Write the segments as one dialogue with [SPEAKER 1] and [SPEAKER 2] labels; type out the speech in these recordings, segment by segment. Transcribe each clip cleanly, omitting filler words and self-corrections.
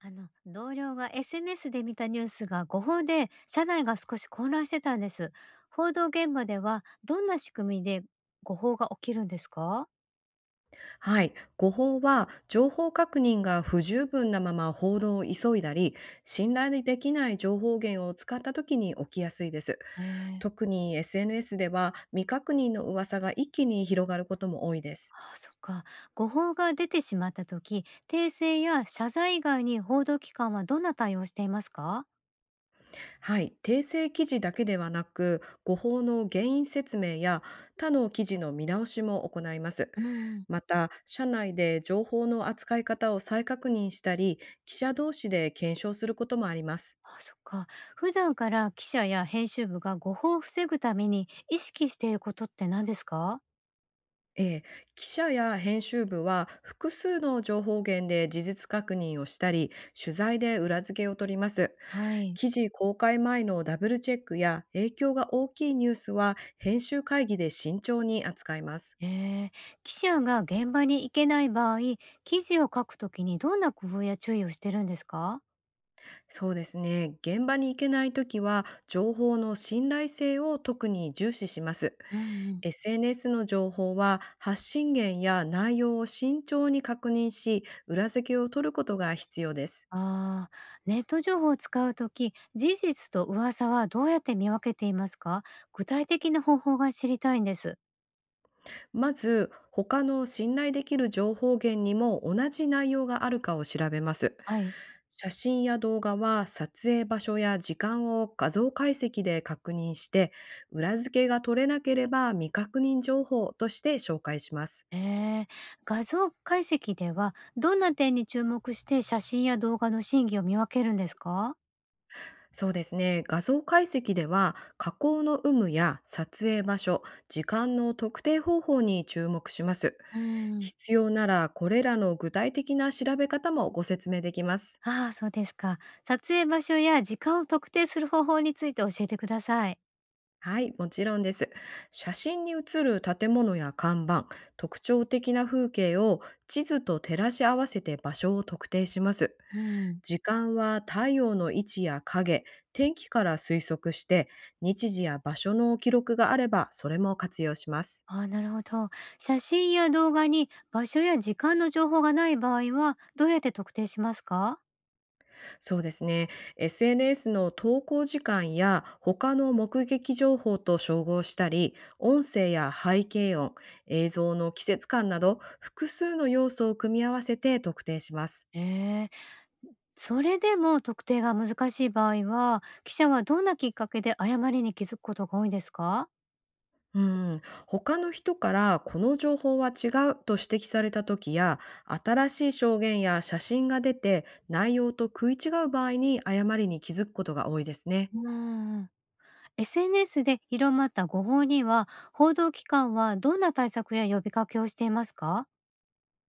[SPEAKER 1] 同僚が SNS で見たニュースが誤報で、社内が少し混乱してたんです。報道現場では、どんな仕組みで誤報が起きるんですか？
[SPEAKER 2] はい、誤報は情報確認が不十分なまま報道を急いだり、信頼できない情報源を使った時に起きやすいです。
[SPEAKER 1] えー、
[SPEAKER 2] 特に SNS では未確認の噂が一気に広がることも多いです。
[SPEAKER 1] あそっか。誤報が出てしまった時、訂正や謝罪以外に報道機関はどんな対応をしていますか？
[SPEAKER 2] はい、訂正記事だけではなく、誤報の原因説明や他の記事の見直しも行います。
[SPEAKER 1] うん。
[SPEAKER 2] また、社内で情報の扱い方を再確認したり、記者同士で検証することもあります。
[SPEAKER 1] ああ、そっか。普段から記者や編集部が誤報を防ぐために意識していることって何ですか？
[SPEAKER 2] ええ、記者や編集部は複数の情報源で事実確認をしたり、取材で裏付けを取ります。
[SPEAKER 1] はい。
[SPEAKER 2] 記事公開前のダブルチェックや影響が大きいニュースは編集会議で慎重に扱います。
[SPEAKER 1] ええ。記者が現場に行けない場合、記事を書くときにどんな工夫や注意をしてるんですか？
[SPEAKER 2] そうですね。現場に行けないときは情報の信頼性を特に重視します。
[SPEAKER 1] うんうん。
[SPEAKER 2] SNS の情報は発信源や内容を慎重に確認し、裏付けを取ることが必要です。
[SPEAKER 1] ああー、ネット情報を使うとき、事実と噂はどうやって見分けていますか？具体的な方法が知りたいんです。
[SPEAKER 2] まず、他の信頼できる情報源にも同じ内容があるかを調べます。
[SPEAKER 1] はい。
[SPEAKER 2] 写真や動画は撮影場所や時間を画像解析で確認して、裏付けが取れなければ未確認情報として紹介します。
[SPEAKER 1] ええ。画像解析ではどんな点に注目して写真や動画の真偽を見分けるんですか？
[SPEAKER 2] そうですね。画像解析では加工の有無や撮影場所、時間の特定方法に注目します。
[SPEAKER 1] うん。
[SPEAKER 2] 必要ならこれらの具体的な調べ方もご説明できます。
[SPEAKER 1] ああそうですか。撮影場所や時間を特定する方法について教えてください。
[SPEAKER 2] はい、もちろんです。写真に写る建物や看板、特徴的な風景を地図と照らし合わせて場所を特定します。
[SPEAKER 1] うん。
[SPEAKER 2] 時間は太陽の位置や影、天気から推測して、日時や場所の記録があればそれも活用します。
[SPEAKER 1] ああ、なるほど。写真や動画に場所や時間の情報がない場合は、どうやって特定しますか？
[SPEAKER 2] そうですね。SNS の投稿時間や他の目撃情報と照合したり、音声や背景音、映像の季節感など複数の要素を組み合わせて特定します。
[SPEAKER 1] ええ。それでも特定が難しい場合は、記者はどんなきっかけで誤りに気づくことが多いですか？
[SPEAKER 2] うん、他の人からこの情報は違うと指摘された時や、新しい証言や写真が出て内容と食い違う場合に誤りに気づくことが多いですね。
[SPEAKER 1] うーん。 SNS で広まった誤報には、報道機関はどんな対策や呼びかけをしていますか？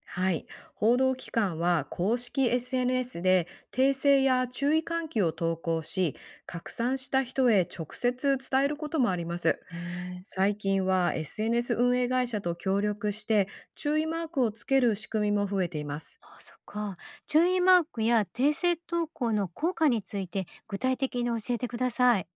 [SPEAKER 2] はい。報道機関は公式 SNS で訂正や注意喚起を投稿し、拡散した人へ直接伝えることもあります。
[SPEAKER 1] え。
[SPEAKER 2] 最近は SNS 運営会社と協力して注意マークをつける仕組みも増えています。
[SPEAKER 1] ああ、そっか。注意マークや訂正投稿の効果について具体的に教えてください。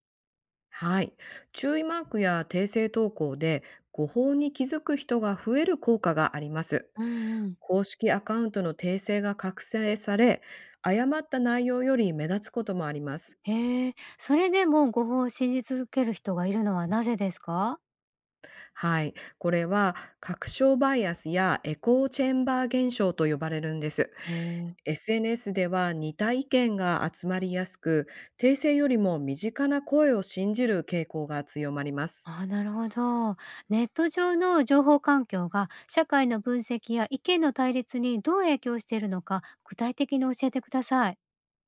[SPEAKER 2] はい。注意マークや訂正投稿で誤報に気づく人が増える効果があります。
[SPEAKER 1] うんうん。
[SPEAKER 2] 公式アカウントの訂正が覚醒され、誤った内容より目立つこともあります。
[SPEAKER 1] へえ、それでも誤報を信じ続ける人がいるのはなぜですか？
[SPEAKER 2] はい。これは、拡張バイアスやエコーチェンバー現象と呼ばれるんです。
[SPEAKER 1] へえ。
[SPEAKER 2] SNS では似た意見が集まりやすく、訂正よりも身近な声を信じる傾向が強まります。
[SPEAKER 1] ああ、なるほど。ネット上の情報環境が社会の分析や意見の対立にどう影響しているのか、具体的に教えてください。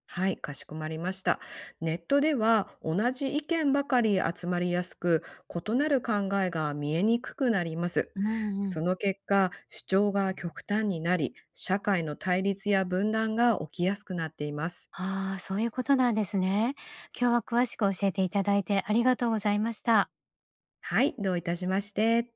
[SPEAKER 2] はい、かしこまりました。ネットでは同じ意見ばかり集まりやすく、異なる考えが見えにくくなります。
[SPEAKER 1] うんう
[SPEAKER 2] そ
[SPEAKER 1] ん。
[SPEAKER 2] の結果、主張が極端になり、社会の対立や分断が起きやすくなっています。
[SPEAKER 1] ああ、そういうことなんですね。今日は詳しく教えていただいてありがとうございました。
[SPEAKER 2] はい、どういたしまして。